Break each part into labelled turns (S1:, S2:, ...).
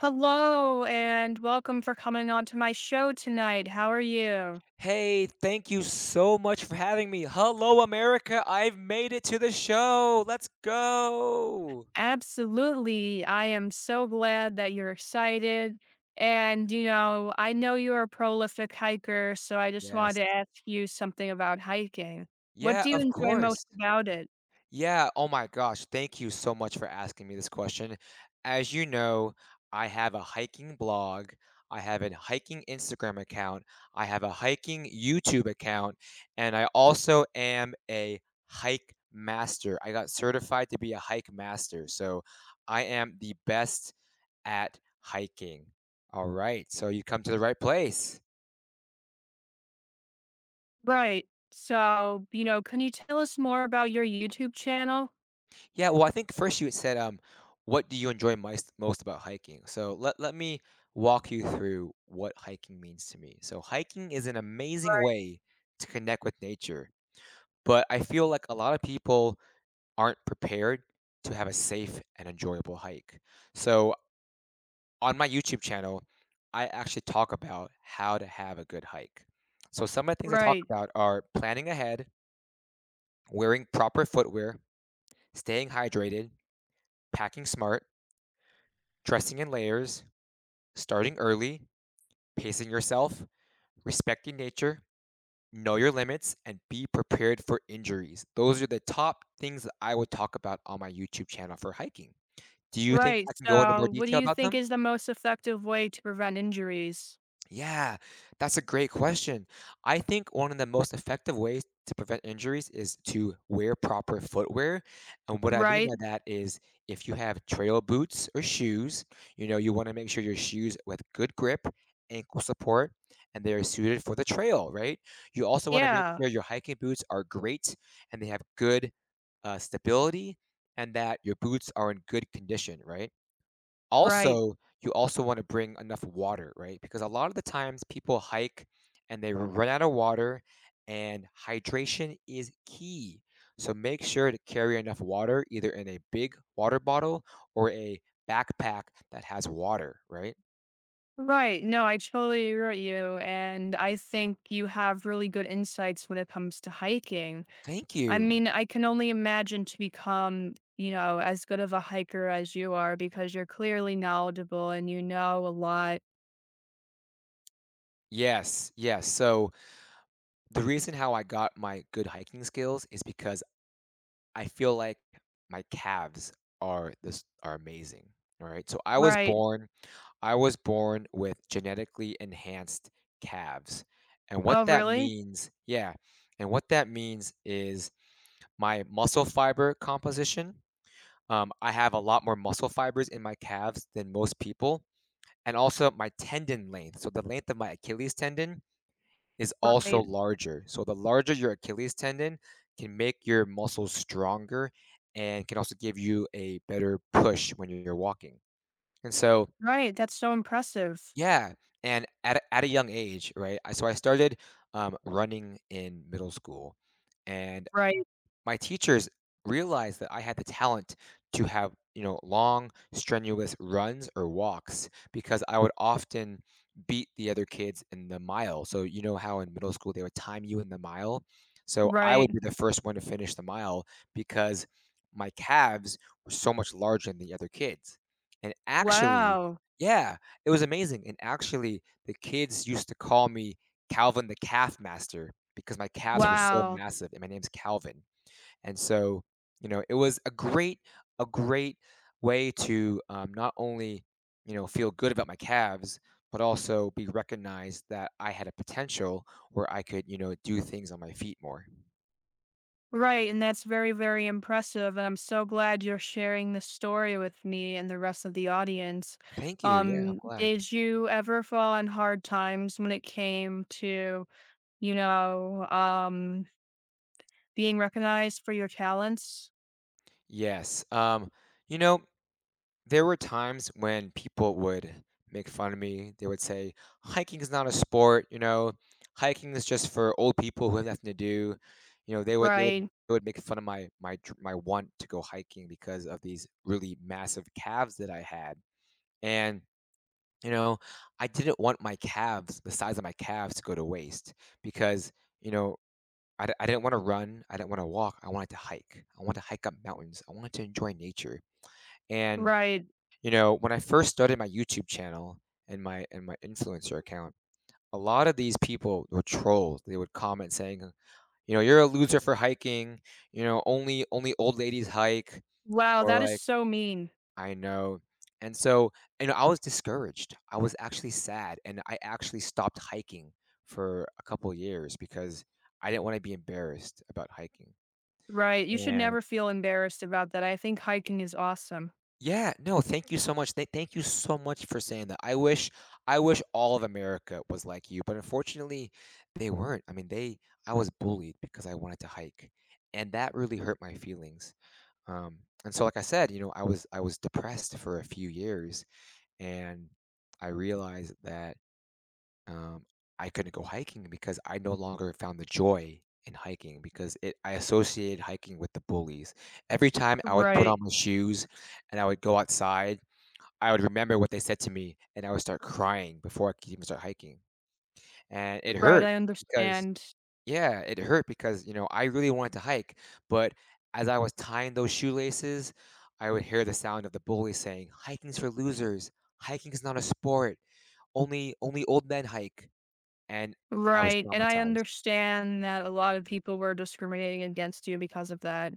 S1: Hello and welcome for coming on to my show tonight. How are you?
S2: Hey, thank you so much for having me. Hello, America. I've made it to the show. Let's go.
S1: Absolutely. I am so glad that you're excited. And, you know, I know you're a prolific hiker, so I just
S2: Yes.
S1: wanted to ask you something about hiking. What
S2: Yeah,
S1: do you
S2: of
S1: enjoy most
S2: course.
S1: about it?
S2: Yeah. Oh my gosh. Thank you so much for asking me this question. As you know, I have a hiking blog. I have a hiking Instagram account. I have a hiking YouTube account. And I also am a hike master. I got certified to be a hike master. So I am the best at hiking. All right, so you come to the right place.
S1: Right. So, you know, can you tell us more about your YouTube channel?
S2: Yeah, well, I think first you said, what do you enjoy most about hiking? So let me walk you through what hiking means to me. So hiking is an amazing
S1: Right.
S2: way to connect with nature, but I feel like a lot of people aren't prepared to have a safe and enjoyable hike. So on my YouTube channel, I actually talk about how to have a good hike. So some of the things I talk
S1: Right.
S2: about are planning ahead, wearing proper footwear, staying hydrated, packing smart, dressing in layers, starting early, pacing yourself, respecting nature, know your limits, and be prepared for injuries. Those are the top things that I would talk about on my YouTube channel for hiking. Do you think
S1: Right.
S2: I can go into more
S1: So, what do
S2: detail
S1: you
S2: about
S1: think
S2: them?
S1: is the most effective way to prevent injuries?
S2: Yeah, that's a great question. I think one of the most effective ways to prevent injuries is to wear proper footwear. And what I mean
S1: Right.
S2: by that is if you have trail boots or shoes, you want to make sure your shoes with good grip, ankle support, and they are suited for the trail, right? You also want to make
S1: Yeah.
S2: sure your hiking boots are great and they have good stability and that your boots are in good condition, right?
S1: Right.
S2: Also, you also wanna bring enough water, right? Because a lot of the times people hike and they run out of water, and hydration is key. So make sure to carry enough water either in a big water bottle or a backpack that has water, right?
S1: Right. No, I totally agree with you. And I think you have really good insights when it comes to hiking.
S2: Thank
S1: I
S2: you.
S1: mean, I can only imagine to become, you know, as good of a hiker as you are because you're clearly knowledgeable and you know a lot.
S2: Yes, yes. So the reason how I got my good hiking skills is because I feel like my calves are amazing, alright? So I was
S1: Right.
S2: born I was born with genetically enhanced calves. And what
S1: Oh,
S2: that
S1: really?
S2: means, yeah, and what that means is my muscle fiber composition. I have a lot more muscle fibers in my calves than most people. And also my tendon length. So the length of my Achilles tendon is also
S1: Right.
S2: larger. So the larger your Achilles tendon can make your muscles stronger and can also give you a better push when you're walking. And so,
S1: Right. That's so impressive.
S2: yeah, and at a young age, right? I so I started, running in middle school, and
S1: Right.
S2: my teachers realized that I had the talent to have, long, strenuous runs or walks because I would often beat the other kids in the mile. So, you know how in middle school they would time you in the mile? So, I would
S1: Right.
S2: be the first one to finish the mile because my calves were so much larger than the other kids. And actually,
S1: Wow.
S2: yeah, it was amazing. And actually, the kids used to call me Calvin the Calf Master because my calves were so
S1: Wow.
S2: massive and my name's Calvin. And so, it was a great way to, not only, feel good about my calves, but also be recognized that I had a potential where I could, do things on my feet more.
S1: Right, and that's very, very impressive. And I'm so glad you're sharing this story with me and the rest of the audience.
S2: Thank you, yeah, I'm glad.
S1: Did you ever fall on hard times when it came to, you know, being recognized for your talents?
S2: Yes, you know there were times when people would make fun of me. They would say, hiking is not a sport, hiking is just for old people who have nothing to do. You know, they would they would
S1: Right,
S2: they would make fun of my want to go hiking because of these really massive calves that I had. And you know, I didn't want my calves, the size of my calves to go to waste because, you know, I didn't want to run. I didn't want to walk. I wanted to hike. I wanted to hike up mountains. I wanted to enjoy nature. And
S1: right.
S2: when I first started my YouTube channel and my influencer account, a lot of these people were trolls. They would comment saying, "You're a loser for hiking," "Only old ladies hike,"
S1: Wow,
S2: or
S1: that is
S2: like,
S1: so mean.
S2: "I know." And so, I was discouraged. I was actually sad, and I actually stopped hiking for a couple years because I didn't want to be embarrassed about hiking.
S1: Right. You should
S2: And
S1: never feel embarrassed about that. I think hiking is awesome.
S2: yeah, no, thank you so much. Thank you so much for saying that. I wish all of America was like you, but unfortunately they weren't. I mean, they I was bullied because I wanted to hike, and that really hurt my feelings. Um and so like I said, I was depressed for a few years and I realized that um I couldn't go hiking because I no longer found the joy in hiking because it I associated hiking with the bullies. Every time I would put on
S1: Right,
S2: my shoes and I would go outside I would remember what they said to me, and I would start crying before I could even start hiking, and it
S1: right.
S2: hurt
S1: I
S2: because,
S1: understand.
S2: yeah, it hurt because, I really wanted to hike, but as I was tying those shoelaces, I would hear the sound of the bully saying, "Hiking's for losers. Hiking's not a sport. Only old men hike." And I was
S1: Right, and I
S2: traumatized.
S1: understand that a lot of people were discriminating against you because of that.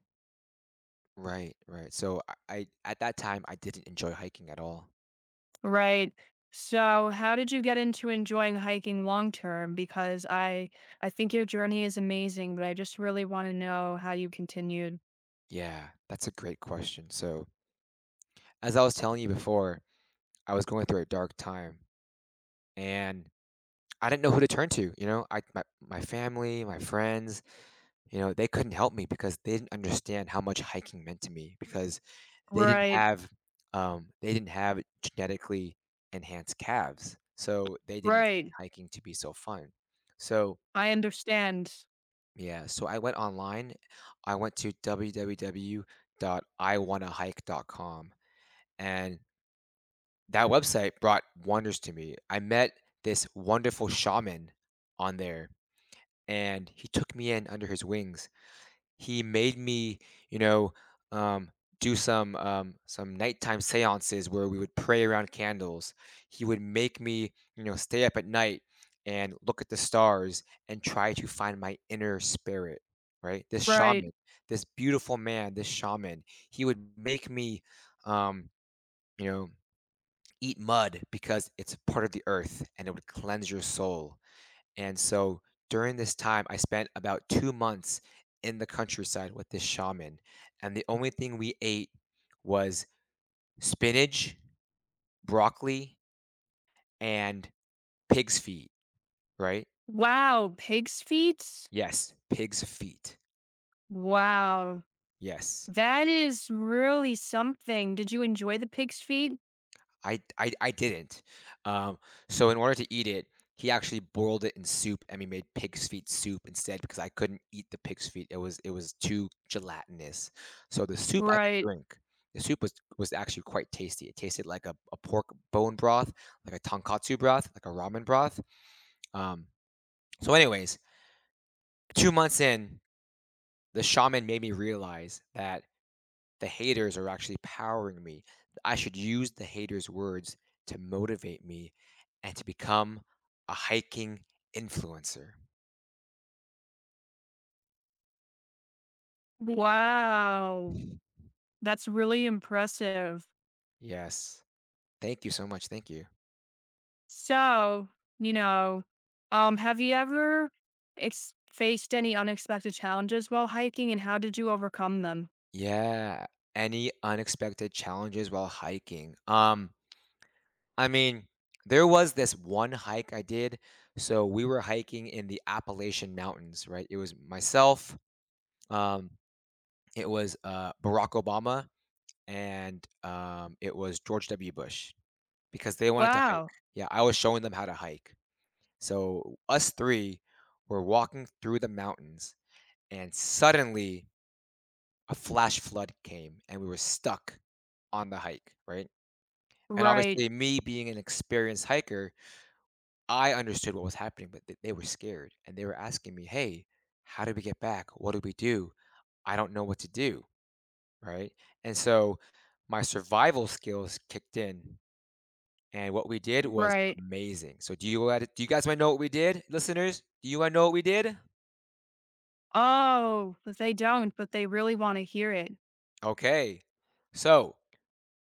S2: Right, right. So, I at that time, I didn't enjoy hiking at all.
S1: Right. So, how did you get into enjoying hiking long term? Because I think your journey is amazing, but I just really want to know how you continued.
S2: Yeah, that's a great question. So, as I was telling you before, I was going through a dark time. And I didn't know who to turn to, you know? I my my family, my friends, they couldn't help me because they didn't understand how much hiking meant to me because they didn't
S1: Right.
S2: have they didn't have genetically enhanced calves, so they didn't find
S1: Right.
S2: hiking to be so fun. So,
S1: I understand.
S2: yeah, so I went online. I went to www.iwannahike.com, and that website brought wonders to me. I met this wonderful shaman on there and he took me in under his wings. He made me, you know, um, do some nighttime seances where we would pray around candles. He would make me, stay up at night and look at the stars and try to find my inner spirit. Right, this
S1: Right.
S2: shaman, this beautiful man, this shaman, he would make me, um, you know, eat mud because it's part of the earth and it would cleanse your soul. And so during this time, I spent about 2 months in the countryside with this shaman. And the only thing we ate was spinach, broccoli, and pig's feet, right?
S1: Wow, pig's feet?
S2: Yes, pig's feet.
S1: Wow.
S2: Yes.
S1: That is really something. Did you enjoy the pig's feet?
S2: I didn't. Um, so in order to eat it, he actually boiled it in soup, and we made pig's feet soup instead because I couldn't eat the pig's feet. It was too gelatinous. So the soup I could
S1: Right.
S2: drink. The soup was actually quite tasty. It tasted like a pork bone broth, like a tonkatsu broth, like a ramen broth. Um, so, anyways, 2 months in, the shaman made me realize that the haters are actually powering me. I should use the haters' words to motivate me and to become a hiking influencer.
S1: Wow. That's really impressive.
S2: Yes. Thank you so much. Thank you.
S1: So, you know, have you ever faced any unexpected challenges while hiking and how did you overcome them?
S2: Yeah. Any unexpected challenges while hiking? I mean, there was this one hike I did. So we were hiking in the Appalachian Mountains, right? It was myself, um, it was Barack Obama, and it was George W. Bush. Because they wanted to hike.
S1: Wow.
S2: Yeah, I was showing them how to hike. So us three were walking through the mountains, and suddenly a flash flood came, and we were stuck on the hike, right? And
S1: Right.
S2: obviously, me being an experienced hiker, I understood what was happening, but th they were scared, and they were asking me, "Hey, how do we get back? What do we do? I don't know what to do," right? And so my survival skills kicked in. And what we did was
S1: Right.
S2: amazing. So do you guys wanna know what we did, listeners? Do you wanna know what we did?
S1: Oh, but they don't, but they really want to hear it.
S2: Okay. So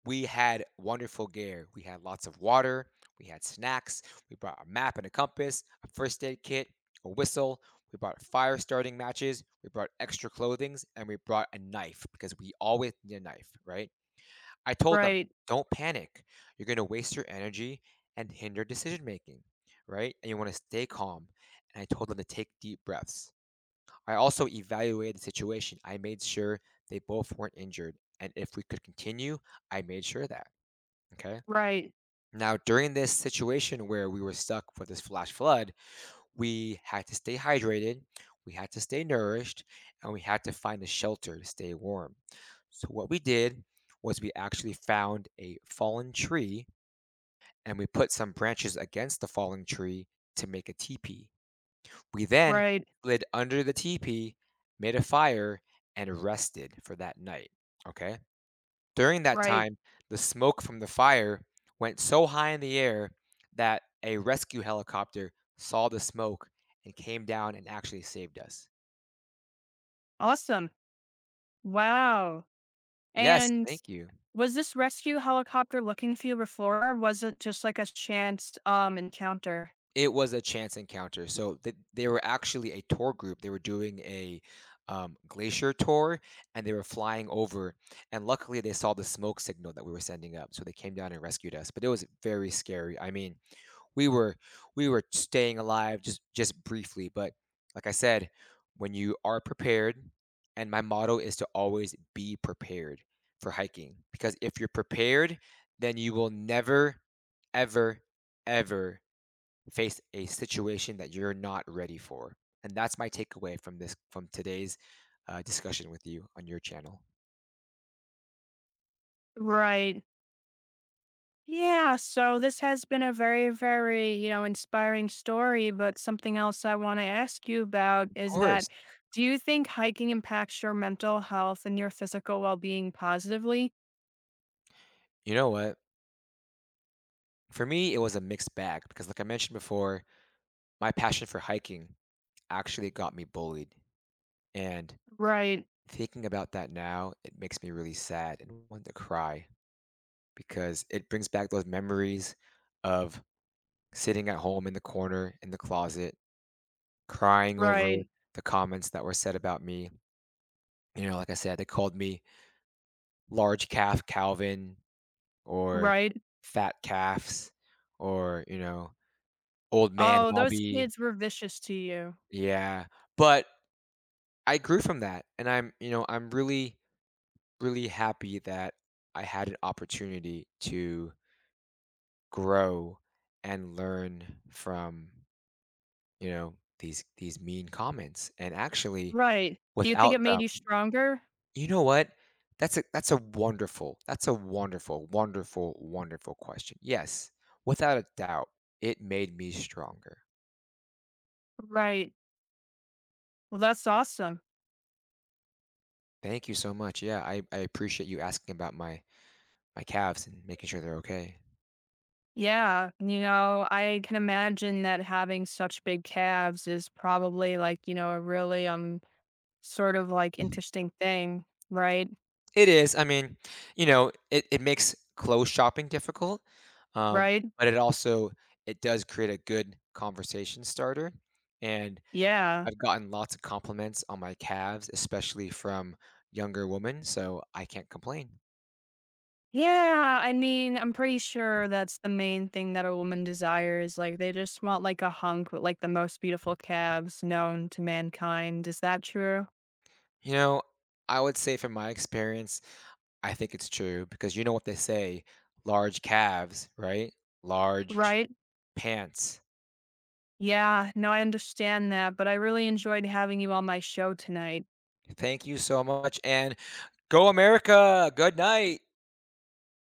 S2: we had wonderful gear. We had lots of water, we had snacks, we brought a map and a compass, a first aid kit, a whistle, we brought fire starting matches, we brought extra clothings, and we brought a knife because we always need a knife, right? I told them,
S1: Right.
S2: don't panic. You're going to waste your energy and hinder decision making, right? And you want to stay calm. And I told them to take deep breaths. I also evaluated the situation. I made sure they both weren't injured. And if we could continue, I made sure of that. Okay.
S1: Right.
S2: Now, during this situation where we were stuck with this flash flood, we had to stay hydrated, we had to stay nourished, and we had to find a shelter to stay warm. So, what we did was we actually found a fallen tree and we put some branches against the fallen tree to make a teepee. We then
S1: Right.
S2: slid under the teepee, made a fire, and rested for that night. Okay. During that
S1: Right.
S2: time, the smoke from the fire went so high in the air that a rescue helicopter saw the smoke and came down and actually saved us.
S1: Awesome. Wow.
S2: Yes,
S1: And
S2: thank you.
S1: was this rescue helicopter looking for you before or was it just like a chance encounter?
S2: It was a chance encounter. So they were actually a tour group. They were doing a glacier tour and they were flying over. And luckily, they saw the smoke signal that we were sending up. So they came down and rescued us. But it was very scary. I mean, we were we were staying alive, just briefly, but like I said, when you are prepared, and my motto is to always be prepared for hiking, because if you're prepared then you will never, ever, ever face a situation that you're not ready for. And that's my takeaway from today's discussion with you on your channel.
S1: Right. Yeah, so this has been a very, very, you know, inspiring story, but something else I want to ask you about
S2: Of
S1: is
S2: course.
S1: that do you think hiking impacts your mental health and your physical well-being positively?
S2: You know what, for me it was a mixed bag because like I mentioned before, my passion for hiking actually got me bullied. And
S1: Right,
S2: thinking about that now, it makes me really sad and want to cry because it brings back those memories of sitting at home in the corner in the closet, crying over
S1: right,
S2: the comments that were said about me. You know, like I said, they called me large calf Calvin or
S1: right.
S2: fat calves or, old man
S1: Oh, those
S2: hobby.
S1: kids were vicious to you.
S2: Yeah. But I grew from that. And I'm really really happy that I had an opportunity to grow and learn from, these mean comments. And actually,
S1: Right. Do you think
S2: without
S1: it made
S2: them,
S1: you stronger?
S2: you know what? That's a wonderful, wonderful, wonderful question. Yes, without a doubt, it made me stronger.
S1: Right. Well, that's awesome.
S2: Thank you so much. Yeah, I appreciate you asking about my calves and making sure they're okay.
S1: Yeah, you know, I can imagine that having such big calves is probably like, you know, a really sort of like interesting thing, right?
S2: It is, I mean, it makes clothes shopping difficult, um,
S1: Right?
S2: but it also it does create a good conversation starter, and
S1: Yeah.
S2: I've gotten lots of compliments on my calves, especially from younger women, so I can't complain.
S1: Yeah. I mean, I'm pretty sure that's the main thing that a woman desires. Like they just want like a hunk with like the most beautiful calves known to mankind. Is that true?
S2: You know, I would say from my experience, I think it's true because you know what they say, large calves, right? Large
S1: Right?
S2: pants.
S1: Yeah. No, I understand that, but I really enjoyed having you on my show tonight.
S2: Thank you so much, and go America! Good night.